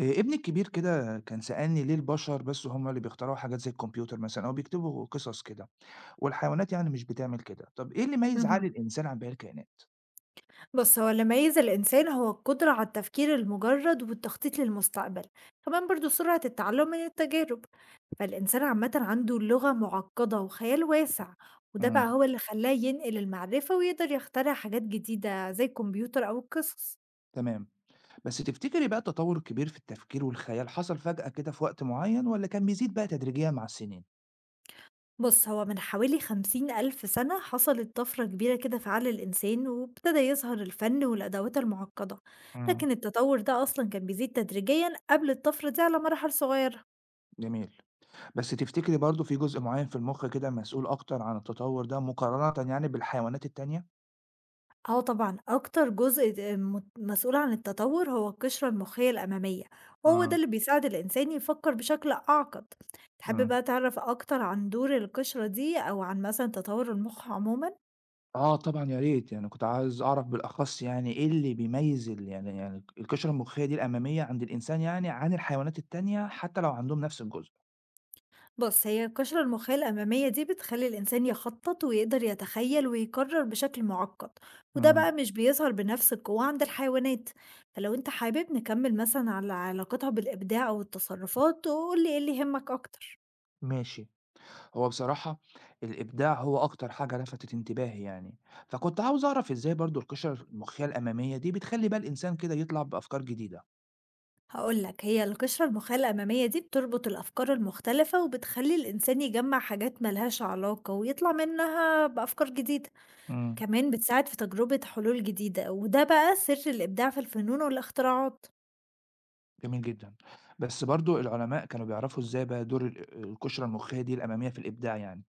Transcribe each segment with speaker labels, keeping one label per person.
Speaker 1: ابني الكبير كده كان سألني ليه البشر بس هم اللي بيخترعوا حاجات زي الكمبيوتر مثلًا أو بيكتبوا قصص كده، والحيوانات يعني مش بتعمل كده، طب إيه اللي يميز عقل
Speaker 2: اهم.
Speaker 1: الإنسان عن باقي الكائنات؟
Speaker 2: بُص، هو اللي ميّز الإنسان هو القدرة على التفكير المجرد والتخطيط للمستقبل، كمان برضه سرعة التعلم من التجارب، فالإنسان عامةً عنده لغة معقدة وخيال واسع، وده بقى
Speaker 1: إمم،
Speaker 2: هو اللي خلّاه ينقل المعرفة ويقدر يخترع حاجات جديدة زي الكمبيوتر أو القصص.
Speaker 1: تمام، بس تفتكري بقى التطور الكبير في التفكير والخيال حصل فجأة كده في وقت معين والّا كان بيزيد بقى تدريجيًا مع السنين؟
Speaker 2: بُص، هو من حوالي 50,000 سنة حصلت طفرة كبيرة كده في عقل الإنسان، وابتدى يظهر الفن والأدوات المعقدة،
Speaker 1: إمم،
Speaker 2: لكن التطور ده أصلًا كان بيزيد تدريجيًا قبل الطفرة دي على مراحل صغيرة.
Speaker 1: جميل، بس تفتكري برضه في جزء معين في المخ كده مسؤول أكتر عن التطور ده مقارنةً يعني بالحيوانات التانية؟
Speaker 2: آه طبعًا، أكتر جزء د آمم، مت مسؤول عن التطوّر هو القشرة المخّية الأمامية، وهو ده
Speaker 1: إمم،
Speaker 2: اللي بيساعد الإنسان يفكّر بشكل أعقد. تحب
Speaker 1: إمم.
Speaker 2: بقى تعرف أكتر عن دور القشرة دي أو عن مثلًا تطوّر المُخ عمومًا؟
Speaker 1: آه طبعًا يا ريت، يعني كنت عاوز أعرف بالأخص يعني إيه اللي بيميّز يعني القشرة المُخّية دي الأمامية عند الإنسان يعني عن الحيوانات التانية حتى لو عندهم نفس الجزء؟
Speaker 2: بُص، هي القشرة المخّية الأمامية دي بتخلّي الإنسان يخطّط ويقدر يتخيّل ويقرّر بشكل مُعقّد، وده
Speaker 1: إمم.
Speaker 2: بقى مش بيظهر بنفس القوة عند الحيوانات. فلو أنت حابب نكمّل مثلًا على علاقتها بالإبداع أو التصرّفات، قُل لي إيه اللي يهمّك أكتر.
Speaker 1: ماشي، هو بصراحة الإبداع هو أكتر حاجة لفتت انتباهي يعني، فكنت عاوز أعرف إزاي برضه القشرة المُخّية الأمامية دي بتخلّي بقى الإنسان كده يطلع بأفكار جديدة.
Speaker 2: هقول لك هي القشرة المخيّة الأمامية دي بتربط الأفكار المختلفة وبتخلي الإنسان يجمع حاجات ملهاش علاقة ويطلع منها بأفكار جديدة.
Speaker 1: إمم.
Speaker 2: كمان بتساعد في تجربة حلول جديدة وده بقى سر الإبداع في الفنون والاختراعات.
Speaker 1: جميل جدًا، بس برضه العلماء كانوا بيعرفوا إزاي بقى دور القشرة المُخّية دي الأمامية في الإبداع يعني؟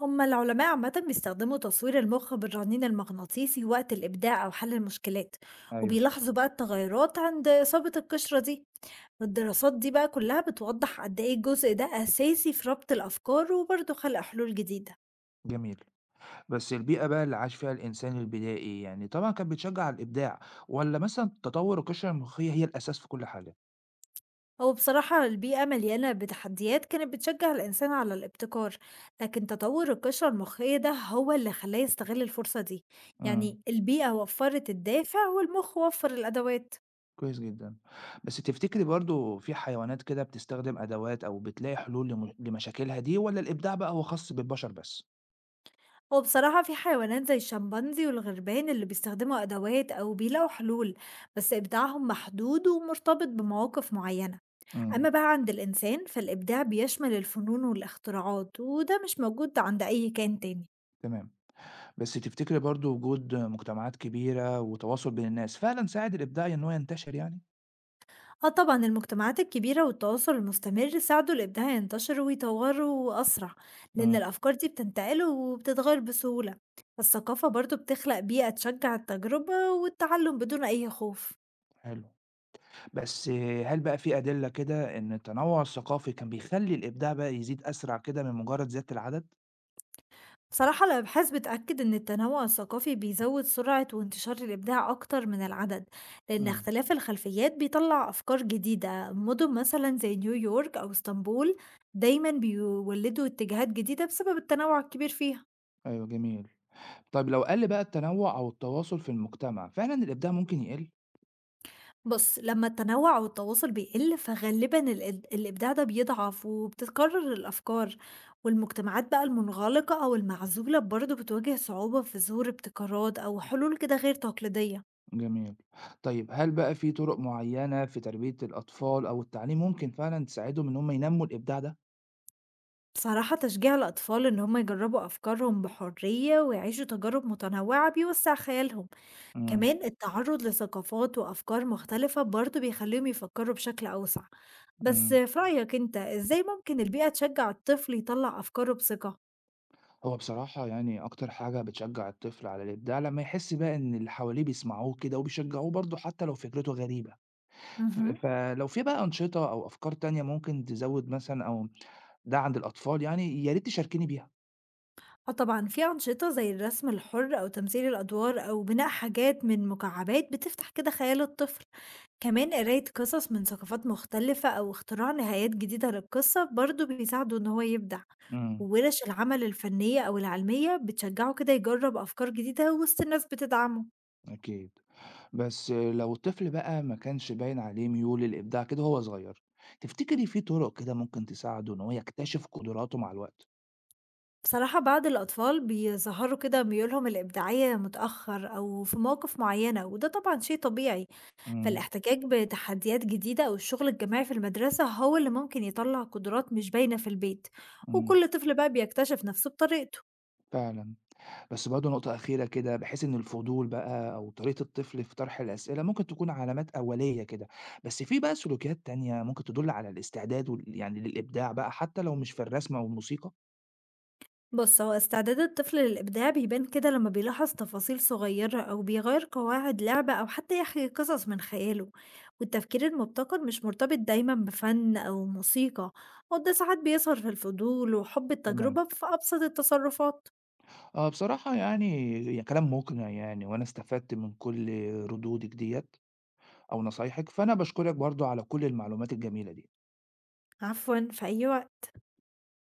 Speaker 2: هما العلماء عامة بيستخدموا تصوير المخ بالرنين المغناطيسي وقت الإبداع أو حل المشكلات
Speaker 1: أيوه.
Speaker 2: وبيلاحظوا بقى التغيرات عند إصابة القشرة دي. الدراسات دي بقى كلها بتوضح قد إيه الجزء ده أساسي في ربط الأفكار وبرضه خلق حلول جديدة.
Speaker 1: جميل. بس البيئة بقى اللي عاش فيها الإنسان البدائي يعني طبعًا كانت بتشجّع على الإبداع والّا مثلًا تطوّر القشرة المخية هي الأساس في كل حاجة؟
Speaker 2: هو بصراحة البيئة مليانة بتحديات كانت بتشجع الإنسان على الابتكار، لكن تطور القشرة المخية ده هو اللي خلاه يستغل الفرصة دي.
Speaker 1: إمم،
Speaker 2: يعني البيئة وفرت الدافع والمخ وفر الأدوات.
Speaker 1: كويس جدًا. بس تفتكري برضه في حيوانات كده بتستخدم أدوات أو بتلاقي حلول لم لمشاكلها دي والّا الإبداع بقى هو خاص بالبشر بس؟
Speaker 2: هو بصراحة في حيوانات زي الشمبانزي والغربان اللي بيستخدموا أدوات أو بيلاقوا حلول، بس إبداعهم محدود ومرتبط بمواقف معينة.
Speaker 1: إمم،
Speaker 2: أما بقى عند الإنسان فالإبداع بيشمل الفنون والاختراعات وده مش موجود عند أي كائن تاني.
Speaker 1: تمام. بس تفتكري برضه وجود مجتمعات كبيرة وتواصل بين الناس فعلًا ساعد الإبداع إن هو ينتشر يعني؟
Speaker 2: آه طبعًا، المجتمعات الكبيرة والتواصل المستمر ساعدوا الإبداع ينتشر ويطوروا أسرع، لأن
Speaker 1: إمم،
Speaker 2: الأفكار دي بتنتقل وبتتغير بسهولة، الثقافة برضه بتخلق بيئة تشجع التجربة والتعلم بدون أي خوف.
Speaker 1: حلو. بس هل بقى في أدلة كده إن التنوع الثقافي كان بيخلّي الإبداع بقى يزيد أسرع كده من مجرد زيادة العدد؟
Speaker 2: بصراحة الأبحاث بتأكد إن التنوع الثقافي بيزود سرعة وانتشار الإبداع أكتر من العدد، لأن
Speaker 1: إمم،
Speaker 2: اختلاف الخلفيات بيطلع أفكار جديدة. مدن مثلًا زي نيويورك أو اسطنبول دايمًا بيولدوا اتجاهات جديدة بسبب التنوع الكبير فيها.
Speaker 1: أيوه جميل. طيب لو قَل بقى التنوع أو التواصل في المجتمع، فعلًا الإبداع ممكن يقِل؟
Speaker 2: بُص، لمّا التنوع والتواصل بيقل، فغالبًا الإبداع ده بيضعف وبتتكرر الأفكار، والمجتمعات بقى المنغلقة أو المعزولة برضه بتواجه صعوبة في ظهور ابتكارات أو حلول كده غير تقليدية.
Speaker 1: جميل. طيب هل بقى في طرق معيّنة في تربية الأطفال أو التعليم ممكن فعلًا تساعدهم إن هم ينمّوا الإبداع ده؟
Speaker 2: بصراحة تشجيع الأطفال إن هم يجربوا أفكارهم بحرية ويعيشوا تجارب متنوعة بيوسع خيالهم،
Speaker 1: إمم،
Speaker 2: كمان التعرض لثقافات وأفكار مختلفة برضه بيخليهم يفكروا بشكل أوسع. بس
Speaker 1: إمم.
Speaker 2: في رأيك أنت إزاي ممكن البيئة تشجع الطفل يطلع أفكاره بثقة؟
Speaker 1: هو بصراحة يعني أكتر حاجة بتشجّع الطفل على الإبداع لمّا يحس بقى إن اللي حواليه بيسمعوه كده وبيشجّعوه برضه حتى لو فكرته غريبة. ف
Speaker 2: اهم.
Speaker 1: فلو في بقى أنشطة أو أفكار تانية ممكن تزوّد مثلًا أو ده عند الأطفال يعني، يا ريت تشاركيني بيها.
Speaker 2: آه طبعًا، في أنشطة زي الرسم الحُر أو تمثيل الأدوار أو بناء حاجات من مكعبات بتفتح كده خيال الطفل، كمان قراية قصص من ثقافات مختلفة أو اختراع نهايات جديدة للقصة برضه بيساعده إن هو يبدع،
Speaker 1: إمم،
Speaker 2: وورش العمل الفنية أو العلمية بتشجعه كده يجرّب أفكار جديدة وسط الناس بتدعمه.
Speaker 1: أكيد. بس لو الطفل بقى ما كانش باين عليه ميول للإبداع كده وهو صغير، تفتكري في طرق كده ممكن تساعده إن هو يكتشف قدراته مع الوقت؟
Speaker 2: بصراحة بعض الأطفال بيظهروا كده ميولهم الإبداعية متأخر أو في مواقف معينة، وده طبعًا شيء طبيعي.
Speaker 1: إمم،
Speaker 2: فالاحتكاك بتحديات جديدة أو الشغل الجماعي في المدرسة هو اللي ممكن يطلع قدرات مش باينة في البيت،
Speaker 1: إمم،
Speaker 2: وكل طفل بقى بيكتشف نفسه بطريقته.
Speaker 1: فعلًا. بس برضه نقطة أخيرة كده بحيث إن الفضول بقى أو طريقة الطفل في طرح الأسئلة ممكن تكون علامات أولية كده، بس في بقى سلوكيات تانية ممكن تدل على الاستعداد يعني للإبداع بقى حتى لو مش في الرسم أو الموسيقى.
Speaker 2: بص هو استعداد الطفل للإبداع بيبان كده لما بيلاحظ تفاصيل صغيرة أو بيغير قواعد لعبة أو حتى يحكي قصص من خياله، والتفكير المبتكر مش مرتبط دايما بفن أو موسيقى، وده ساعات بيظهر في الفضول وحب
Speaker 1: تمام.
Speaker 2: التجربة في أبسط التصرفات.
Speaker 1: آه بصراحة يعني كلام مقنع يعني وأنا استفدت من كل ردودك ديت أو نصايحك، فأنا بشكرك برضه على كل المعلومات الجميلة دي.
Speaker 2: عفوا، في أي وقت.